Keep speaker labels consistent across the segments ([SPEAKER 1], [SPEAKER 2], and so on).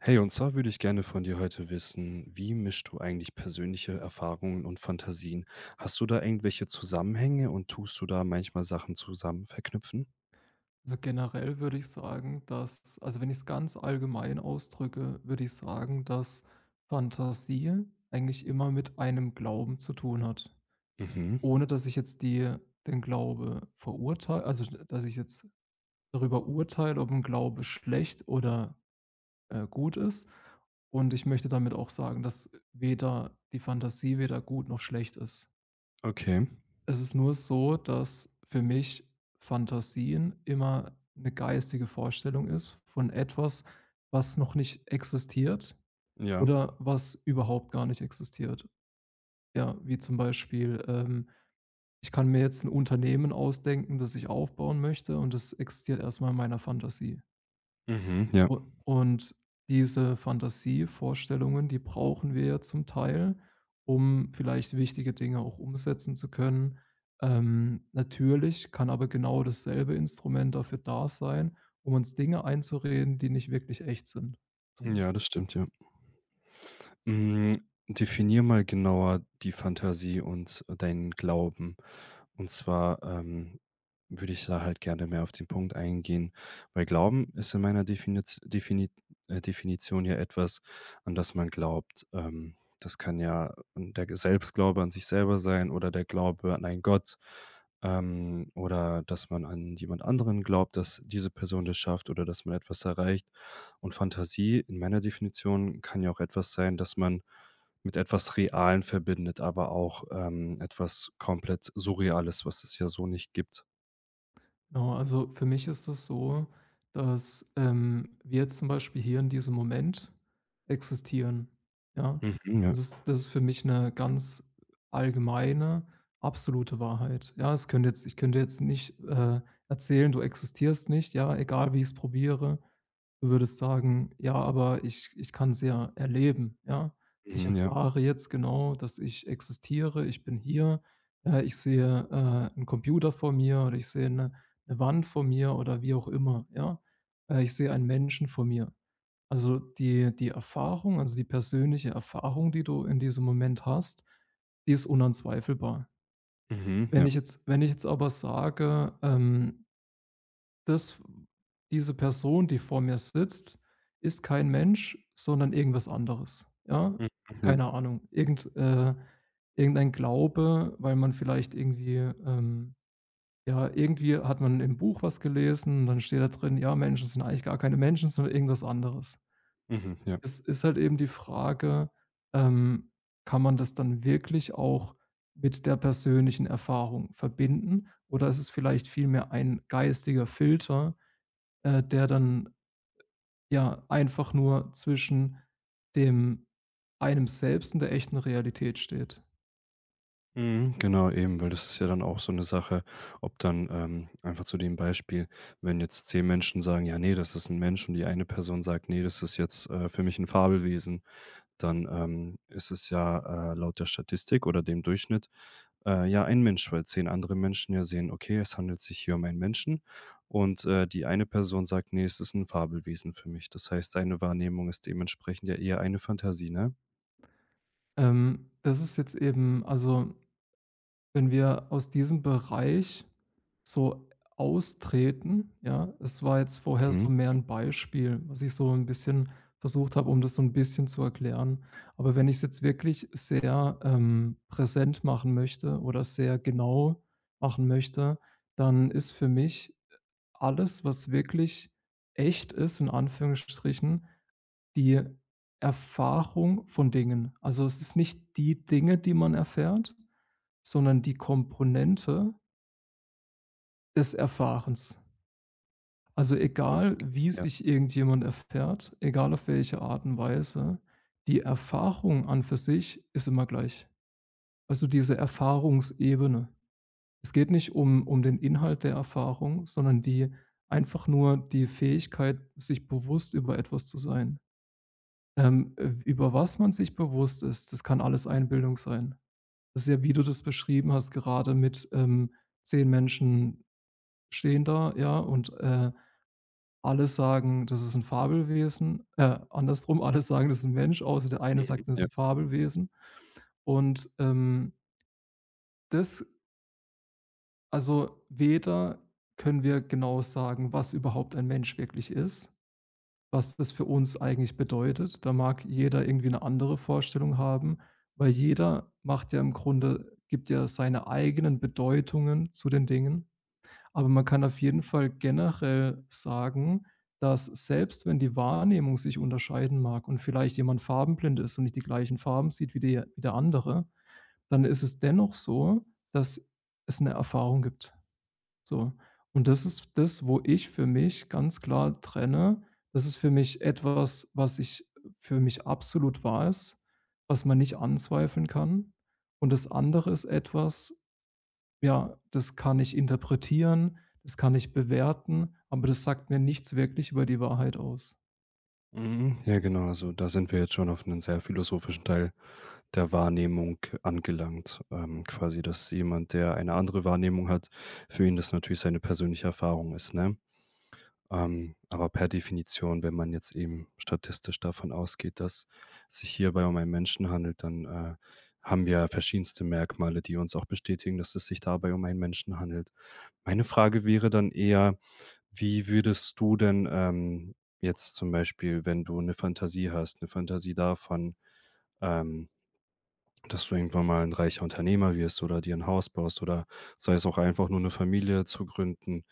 [SPEAKER 1] Hey, und zwar würde ich gerne von dir heute wissen, wie mischst du eigentlich persönliche Erfahrungen und Fantasien? Hast du da irgendwelche Zusammenhänge und tust du da manchmal Sachen zusammen verknüpfen?
[SPEAKER 2] Also, generell würde ich sagen, dass also, wenn ich es ganz allgemein ausdrücke, würde ich sagen, dass Fantasie eigentlich immer mit einem Glauben zu tun hat,
[SPEAKER 1] Mhm.
[SPEAKER 2] ohne dass ich jetzt die den Glaube verurteile also, d dass ich jetzt darüber urteile, ob ein Glaube schlecht oder gut ist. Und ich möchte damit auch sagen, dass weder die Fantasie weder gut noch schlecht ist.
[SPEAKER 1] Okay.
[SPEAKER 2] Es ist nur so, dass für mich Fantasien immer eine geistige Vorstellung ist von etwas, was noch nicht existiert
[SPEAKER 1] Ja.
[SPEAKER 2] oder was überhaupt gar nicht existiert. Ja, wie zum Beispiel, ich kann mir jetzt ein Unternehmen ausdenken, das ich aufbauen möchte, und das existiert erst mal in meiner Fantasie.
[SPEAKER 1] Mhm. Ja.
[SPEAKER 2] U und diese Fantasievorstellungen, die brauchen wir ja zum Teil, um vielleicht wichtige Dinge auch umsetzen zu können. Natürlich kann aber genau dasselbe Instrument dafür da sein, um uns Dinge einzureden, die nicht wirklich echt sind. So.
[SPEAKER 1] Ja, das stimmt, ja. Hm, definier mal genauer die Fantasie und deinen Glauben. Und zwar, würde ich da halt gerne mehr auf den Punkt eingehen, weil Glauben ist in meiner Definiz Defini Definition ja etwas, an das man glaubt. Das kann ja der Selbstglaube an sich selber sein oder der Glaube an einen Gott, oder dass man an jemand anderen glaubt, dass diese Person das schafft oder dass man etwas erreicht. Und Fantasie in meiner Definition kann ja auch etwas sein, dass man mit etwas Realem verbindet, aber auch, etwas komplett Surreales, was es ja so nicht gibt.
[SPEAKER 2] Genau, also für mich ist es so, dass wir jetzt zum Beispiel hier in diesem Moment existieren, ja?
[SPEAKER 1] Mhm, ja.
[SPEAKER 2] Das ist für mich eine ganz allgemeine, absolute Wahrheit, ja? Es könnte jetzt ich könnte jetzt nicht erzählen, du existierst nicht, ja, egal wie ich es probiere. Du würdest sagen: „Ja, aber ich kann es ja erleben, ja? Ich
[SPEAKER 1] Mhm, ja.
[SPEAKER 2] erfahre jetzt genau, dass ich existiere, ich bin hier, ich sehe 'n Computer vor mir oder ich sehe eine 'ne Wand vor mir“ oder wie auch immer, ja? Ich sehe einen Menschen vor mir. Also, die Erfahrung also, die persönliche Erfahrung, die du in diesem Moment hast, die ist unanzweifelbar.
[SPEAKER 1] Mhm,
[SPEAKER 2] Wenn
[SPEAKER 1] ja.
[SPEAKER 2] ich jetzt wenn ich jetzt aber sage, das diese Person, die vor mir sitzt, ist kein Mensch, sondern irgendwas anderes, ja?
[SPEAKER 1] Mhm, ja.
[SPEAKER 2] Keine Ahnung, irgendein Glaube, weil man vielleicht irgendwie, ja, irgendwie hat man im Buch was gelesen, und dann steht da drin: „Ja, Menschen sind eigentlich gar keine Menschen, sondern irgendwas anderes.“
[SPEAKER 1] Mhm, ja.
[SPEAKER 2] Es ist halt eben die Frage, ähm, kann man das dann wirklich auch mit der persönlichen Erfahrung verbinden, oder ist es vielleicht vielmehr ein geistiger Filter, der dann, ja, einfach nur zwischen dem einem selbst und der echten Realität steht.
[SPEAKER 1] Mhm, genau, eben, weil das ist ja dann auch so eine Sache, ob dann, einfach zu dem Beispiel, wenn jetzt 10 Menschen sagen: „Ja, nee, das ist ein Mensch", und die eine Person sagt: nee, das ist jetzt, für mich ein Fabelwesen", dann, ist es ja, laut der Statistik oder dem Durchschnitt, ja, ein Mensch, weil 10 andere Menschen ja sehen: „Okay, es handelt sich hier um einen Menschen." Und, die eine Person sagt: „Ne, es ist ein Fabelwesen für mich." Das heißt, seine Wahrnehmung ist dementsprechend ja eher eine Fantasie, ne?
[SPEAKER 2] Das ist jetzt eben also, wenn wir aus diesem Bereich so austreten, ja, es war jetzt vorher
[SPEAKER 1] Mhm.
[SPEAKER 2] so mehr ein Beispiel, was ich so ein bisschen versucht habe, um das so ein bisschen zu erklären. Aber wenn ich es jetzt wirklich sehr, präsent machen möchte oder sehr genau machen möchte, dann ist für mich alles, was wirklich echt ist, in Anführungsstrichen, die Erfahrung von Dingen. Also, es ist nicht die Dinge, die man erfährt, sondern die Komponente des Erfahrens. Also,
[SPEAKER 1] Okay.
[SPEAKER 2] egal wie
[SPEAKER 1] Ja.
[SPEAKER 2] sich irgendjemand erfährt, egal auf welche Art und Weise, die Erfahrung an für sich ist immer gleich. Also, diese Erfahrungsebene. Es geht nicht um den Inhalt der Erfahrung, sondern die einfach nur die Fähigkeit, sich bewusst über etwas zu sein. Über was man sich bewusst ist, das kann alles Einbildung sein. Das ist ja, wie du das beschrieben hast, gerade mit 10 Menschen stehen da, ja, und alle sagen, das ist ein Fabelwesen. Andersrum, alle sagen, das ist 'n Mensch, außer der eine
[SPEAKER 1] Mhm.
[SPEAKER 2] sagt, das ist
[SPEAKER 1] Ja.
[SPEAKER 2] ein Fabelwesen. Und, das Also, weder können wir genau sagen, was überhaupt ein Mensch wirklich ist, was das für uns eigentlich bedeutet. Da mag jeder irgendwie eine andere Vorstellung haben, weil jeder macht ja im Grunde gibt ja seine eigenen Bedeutungen zu den Dingen. Aber man kann auf jeden Fall generell sagen, dass, selbst wenn die Wahrnehmung sich unterscheiden mag und vielleicht jemand farbenblind ist und nicht die gleichen Farben sieht wie der andere, dann ist es dennoch so dass es eine Erfahrung gibt. So. Und das ist das, wo ich für mich ganz klar trenne. Das ist für mich etwas, was ich für mich absolut weiß, was man nicht anzweifeln kann. Und das andere ist etwas, ja, das kann ich interpretieren, das kann ich bewerten, aber das sagt mir nichts wirklich über die Wahrheit aus.
[SPEAKER 1] Mhm. Ja, genau. Also, da sind wir jetzt schon auf einen sehr philosophischen Teil der Wahrnehmung angelangt. Quasi, dass jemand, der eine andere Wahrnehmung hat, für ihn das natürlich seine persönliche Erfahrung ist, ne? Aber per Definition, wenn man jetzt eben statistisch davon ausgeht, dass sich hierbei um einen Menschen handelt, dann, haben wir verschiedenste Merkmale, die uns auch bestätigen, dass es sich dabei um einen Menschen handelt. Meine Frage wäre dann eher: Wie würdest du denn, jetzt zum Beispiel, wenn du eine Fantasie hast, eine Fantasie davon, ähm dass du irgendwann mal ein reicher Unternehmer wirst oder dir ein Haus baust oder sei es auch einfach nur eine Familie zu gründen?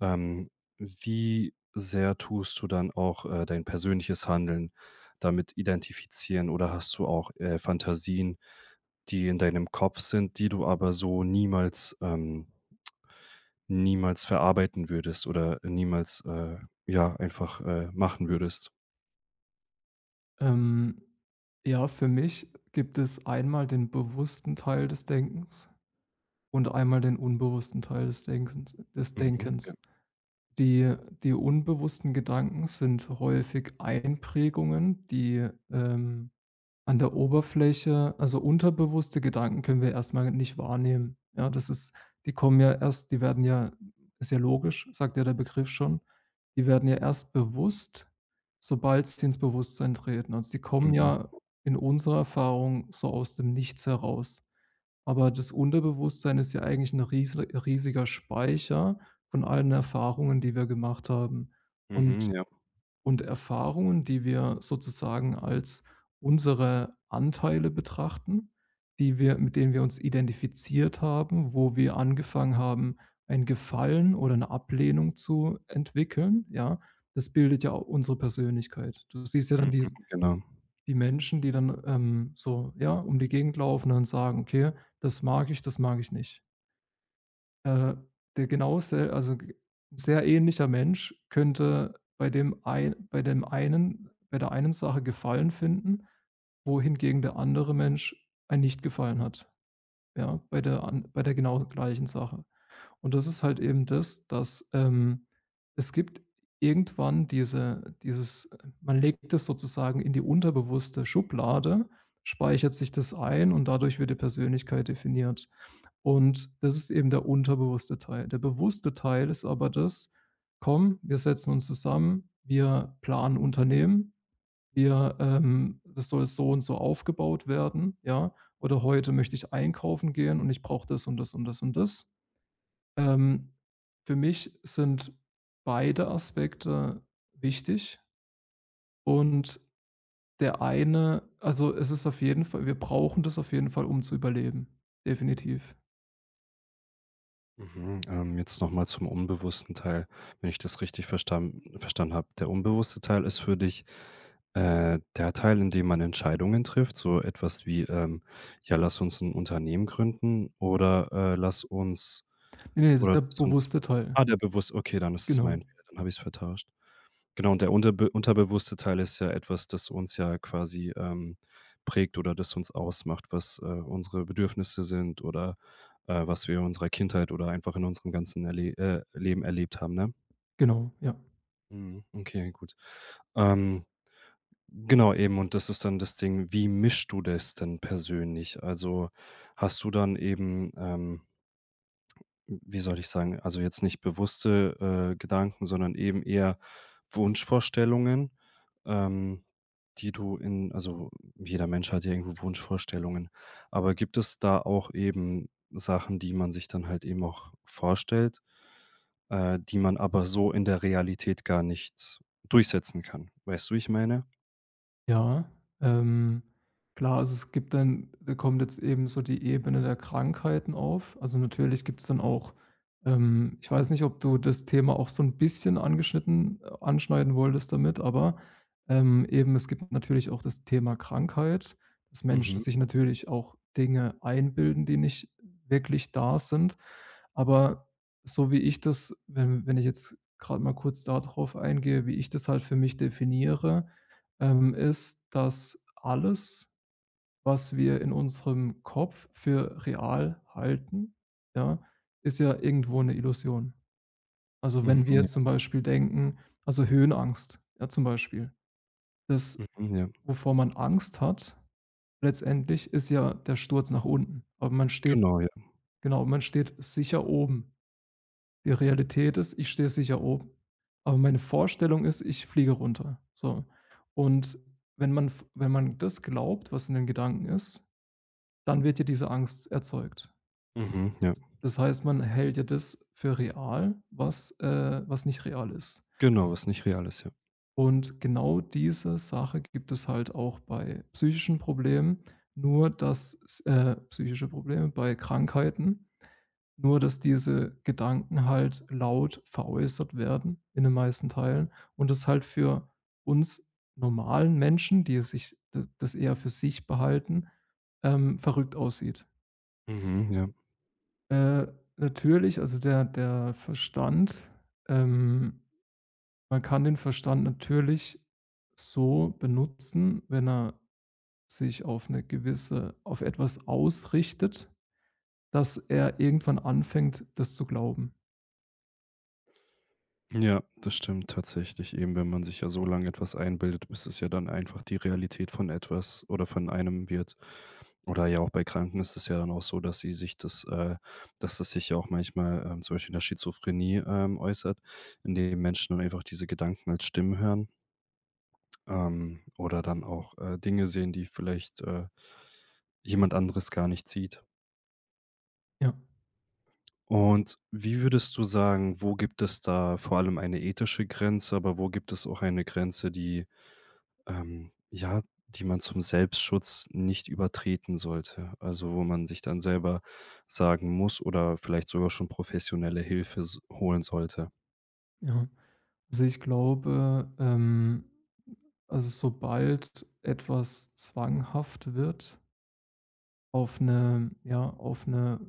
[SPEAKER 1] Ähm, Wie sehr tust du dann auch, dein persönliches Handeln damit identifizieren oder hast du auch, Fantasien, die in deinem Kopf sind, die du aber so niemals niemals verarbeiten würdest oder niemals, ja, einfach, machen würdest?
[SPEAKER 2] Ähm, ja, für mich gibt es einmal den bewussten Teil des Denkens und einmal den unbewussten Teil des Denkens des
[SPEAKER 1] Mhm,
[SPEAKER 2] Denkens.
[SPEAKER 1] ja.
[SPEAKER 2] Die die unbewussten Gedanken sind häufig Einprägungen, die an der Oberfläche also, unterbewusste Gedanken können wir erstmal nicht wahrnehmen. Ja, das ist die kommen ja erst die werden ja ist ja logisch, sagt ja der Begriff schon. Die werden ja erst bewusst, sobald sie ins Bewusstsein treten. Also, die kommen
[SPEAKER 1] Mhm.
[SPEAKER 2] ja in unserer Erfahrung so aus dem Nichts heraus. Aber das Unterbewusstsein ist ja eigentlich ein riese riesiger Speicher von allen Erfahrungen, die wir gemacht haben. Und
[SPEAKER 1] Mhm, ja.
[SPEAKER 2] und Erfahrungen, die wir sozusagen als unsere Anteile betrachten, die wir mit denen wir uns identifiziert haben, wo wir angefangen haben, ein Gefallen oder eine Ablehnung zu entwickeln, ja? Das bildet ja auch unsere Persönlichkeit. Du siehst ja dann
[SPEAKER 1] Mhm,
[SPEAKER 2] dies
[SPEAKER 1] genau.
[SPEAKER 2] die Menschen, die dann so, ja, um die Gegend laufen und sagen: „Okay, das mag ich nicht.“ Äh, der genau sel also, g sehr ähnlicher Mensch könnte bei dem ein, bei dem einen bei der einen Sache Gefallen finden, wohingegen der andere Mensch ein Nicht-Gefallen hat, ja, bei der genau gleichen Sache. Und das ist halt eben das, dass es gibt irgendwann diese dieses man legt es sozusagen in die unterbewusste Schublade, speichert sich das ein, und dadurch wird die Persönlichkeit definiert. Und das ist eben der unterbewusste Teil. Der bewusste Teil ist aber das: „Komm, wir setzen uns zusammen, wir planen Unternehmen, wir das soll so und so aufgebaut werden, ja? Oder heute möchte ich einkaufen gehen und ich brauche das und das und das und das.“ ähm, für mich sind beide Aspekte wichtig, und der eine also, es ist auf jeden Fall wir brauchen das auf jeden Fall, um zu überleben, definitiv.
[SPEAKER 1] Mhm, jetzt nochmal zum unbewussten Teil, wenn ich das richtig verstanden habe. Der unbewusste Teil ist für dich, der Teil, in dem man Entscheidungen trifft, so etwas wie, „Ja, lass uns ein Unternehmen gründen" oder, „Lass uns"
[SPEAKER 2] Ne, ne, das ist
[SPEAKER 1] oder
[SPEAKER 2] der
[SPEAKER 1] „Lass uns".
[SPEAKER 2] bewusste Teil.
[SPEAKER 1] Ah, der bewusst okay, dann ist es
[SPEAKER 2] Genau,
[SPEAKER 1] mein Fehler, dann habe ich es vertauscht. Genau, und der unterbewusste Teil ist ja etwas, das uns ja quasi, prägt oder das uns ausmacht, was, unsere Bedürfnisse sind oder, was wir in unserer Kindheit oder einfach in unserem ganzen Erle Leben erlebt haben, ne?
[SPEAKER 2] genau, ja.
[SPEAKER 1] Mhm, okay, gut. Ähm, genau eben, und das ist dann das Ding, wie mischst du das denn persönlich? Also, hast du dann eben, wie soll ich sagen? Also, jetzt nicht bewusste, Gedanken, sondern eben eher Wunschvorstellungen, ähm, die du in also, jeder Mensch hat ja irgendwo Wunschvorstellungen. Aber gibt es da auch eben Sachen, die man sich dann halt eben auch vorstellt, die man aber so in der Realität gar nicht durchsetzen kann? Weißt du, wie ich meine?
[SPEAKER 2] Ja, ähm, klar, also es gibt dann da kommt jetzt eben so die Ebene der Krankheiten auf. Also, natürlich gibt es dann auch ich weiß nicht, ob du das Thema auch so ein bisschen angeschnitten anschneiden wolltest damit, aber, eben, es gibt natürlich auch das Thema Krankheit, dass Menschen
[SPEAKER 1] Mhm.
[SPEAKER 2] sich natürlich auch Dinge einbilden, die nicht wirklich da sind. Aber so wie ich das wenn ich jetzt gerade mal kurz darauf eingehe, wie ich das halt für mich definiere ist, dass alles, was wir in unserem Kopf für real halten, ja, ist ja irgendwo eine Illusion Also,
[SPEAKER 1] Mhm,
[SPEAKER 2] wenn wir
[SPEAKER 1] ja.
[SPEAKER 2] zum Beispiel denken, also, Höhenangst, ja, zum Beispiel. Das,
[SPEAKER 1] Mhm, ja.
[SPEAKER 2] wovor man Angst hat, letztendlich ist ja der Sturz nach unten. Aber man steht
[SPEAKER 1] Genau, ja.
[SPEAKER 2] genau, man steht sicher oben. Die Realität ist, ich stehe sicher oben. Aber meine Vorstellung ist, ich fliege runter. So. Und wenn man das glaubt, was in den Gedanken ist, dann wird ja diese Angst erzeugt.
[SPEAKER 1] Mhm, ja.
[SPEAKER 2] Das heißt, man hält ja das für real, was, was nicht real ist.
[SPEAKER 1] Genau, was nicht real ist, ja.
[SPEAKER 2] Und genau diese Sache gibt es halt auch bei psychischen Problemen, nur dass psychische Probleme bei Krankheiten, nur, dass diese Gedanken halt laut veräußert werden in den meisten Teilen, und das halt für uns normalen Menschen, die sich d das eher für sich behalten, verrückt aussieht.
[SPEAKER 1] Mhm, ja.
[SPEAKER 2] Äh, natürlich, also der Verstand ähm, man kann den Verstand natürlich so benutzen, wenn er sich auf eine gewisse auf etwas ausrichtet, dass er irgendwann anfängt, das zu glauben.
[SPEAKER 1] Ja, das stimmt tatsächlich. Eben, wenn man sich ja so lange etwas einbildet, bis es ja dann einfach die Realität von etwas oder von einem wird. Oder ja auch bei Kranken ist es ja dann auch so, dass das sich ja auch manchmal, zum Beispiel in der Schizophrenie, äußert, indem Menschen dann einfach diese Gedanken als Stimmen hören, oder dann auch Dinge sehen, die vielleicht jemand anderes gar nicht sieht.
[SPEAKER 2] Ja,
[SPEAKER 1] Und wie würdest du sagen, wo gibt es da vor allem eine ethische Grenze, aber wo gibt es auch eine Grenze, die ja, die man zum Selbstschutz nicht übertreten sollte. Also, wo man sich dann selber sagen muss oder vielleicht sogar schon professionelle Hilfe s holen sollte.
[SPEAKER 2] ja. Also, ich glaube, also, sobald etwas zwanghaft wird auf eine ja, auf eine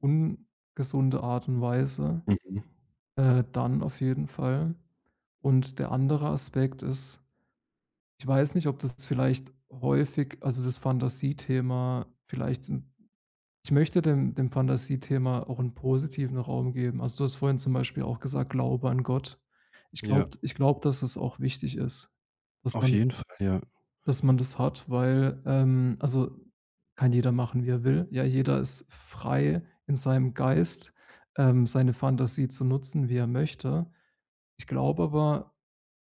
[SPEAKER 2] ungesunde Art und Weise,
[SPEAKER 1] Mhm.
[SPEAKER 2] äh, dann auf jeden Fall. Und der andere Aspekt ist, ich weiß nicht, ob das vielleicht häufig also, das Fantasiethema vielleicht 'n ich möchte dem Fantasiethema auch einen positiven Raum geben. Also, du hast vorhin zum Beispiel auch gesagt: „Glaube an Gott.“ Ich
[SPEAKER 1] Ja,
[SPEAKER 2] glaube ich glaube, dass es auch wichtig ist, dass
[SPEAKER 1] auf
[SPEAKER 2] man
[SPEAKER 1] jeden Fall, ja.
[SPEAKER 2] Das hat, weil, also, kann jeder machen, wie er will. Ja, jeder ist frei in seinem Geist, seine Fantasie zu nutzen, wie er möchte. Ich glaube aber,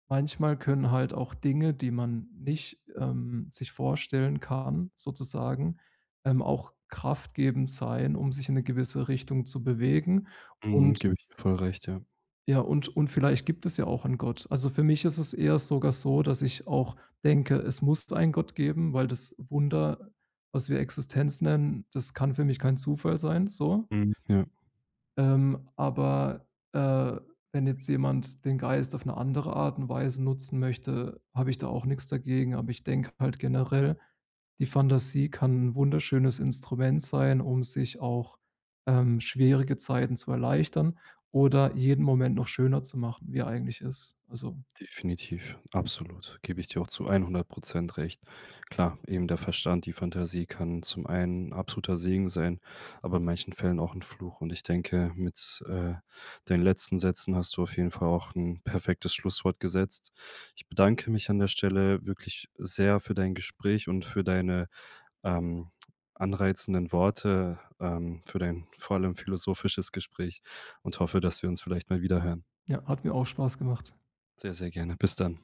[SPEAKER 2] manchmal können halt auch Dinge, die man nicht sich vorstellen kann sozusagen, auch kraftgebend sein, um sich in eine gewisse Richtung zu bewegen,
[SPEAKER 1] Mhm,
[SPEAKER 2] und
[SPEAKER 1] gebe ich dir voll recht, ja.
[SPEAKER 2] ja, und vielleicht gibt es ja auch einen Gott. Also, für mich ist es eher sogar so, dass ich auch denke, es muss einen Gott geben, weil das Wunder, was wir Existenz nennen, das kann für mich kein Zufall sein, so.
[SPEAKER 1] Mhm, ja.
[SPEAKER 2] Aber, wenn jetzt jemand den Geist auf eine andere Art und Weise nutzen möchte, habe ich da auch nichts dagegen. Aber ich denke halt generell, die Fantasie kann ein wunderschönes Instrument sein, um sich auch schwierige Zeiten zu erleichtern oder jeden Moment noch schöner zu machen, wie er eigentlich ist. Also,
[SPEAKER 1] Definitiv, absolut. Gebe ich dir auch zu 100% recht. Klar, eben der Verstand, die Fantasie kann zum einen ein absoluter Segen sein, aber in manchen Fällen auch ein Fluch. Und ich denke, mit, deinen letzten Sätzen hast du auf jeden Fall auch ein perfektes Schlusswort gesetzt. Ich bedanke mich an der Stelle wirklich sehr für dein Gespräch und für deine, ähm, anreizenden Worte, für dein vor allem philosophisches Gespräch und hoffe, dass wir uns vielleicht mal wiederhören.
[SPEAKER 2] ja, hat mir auch Spaß gemacht.
[SPEAKER 1] Sehr, sehr gerne. Bis dann.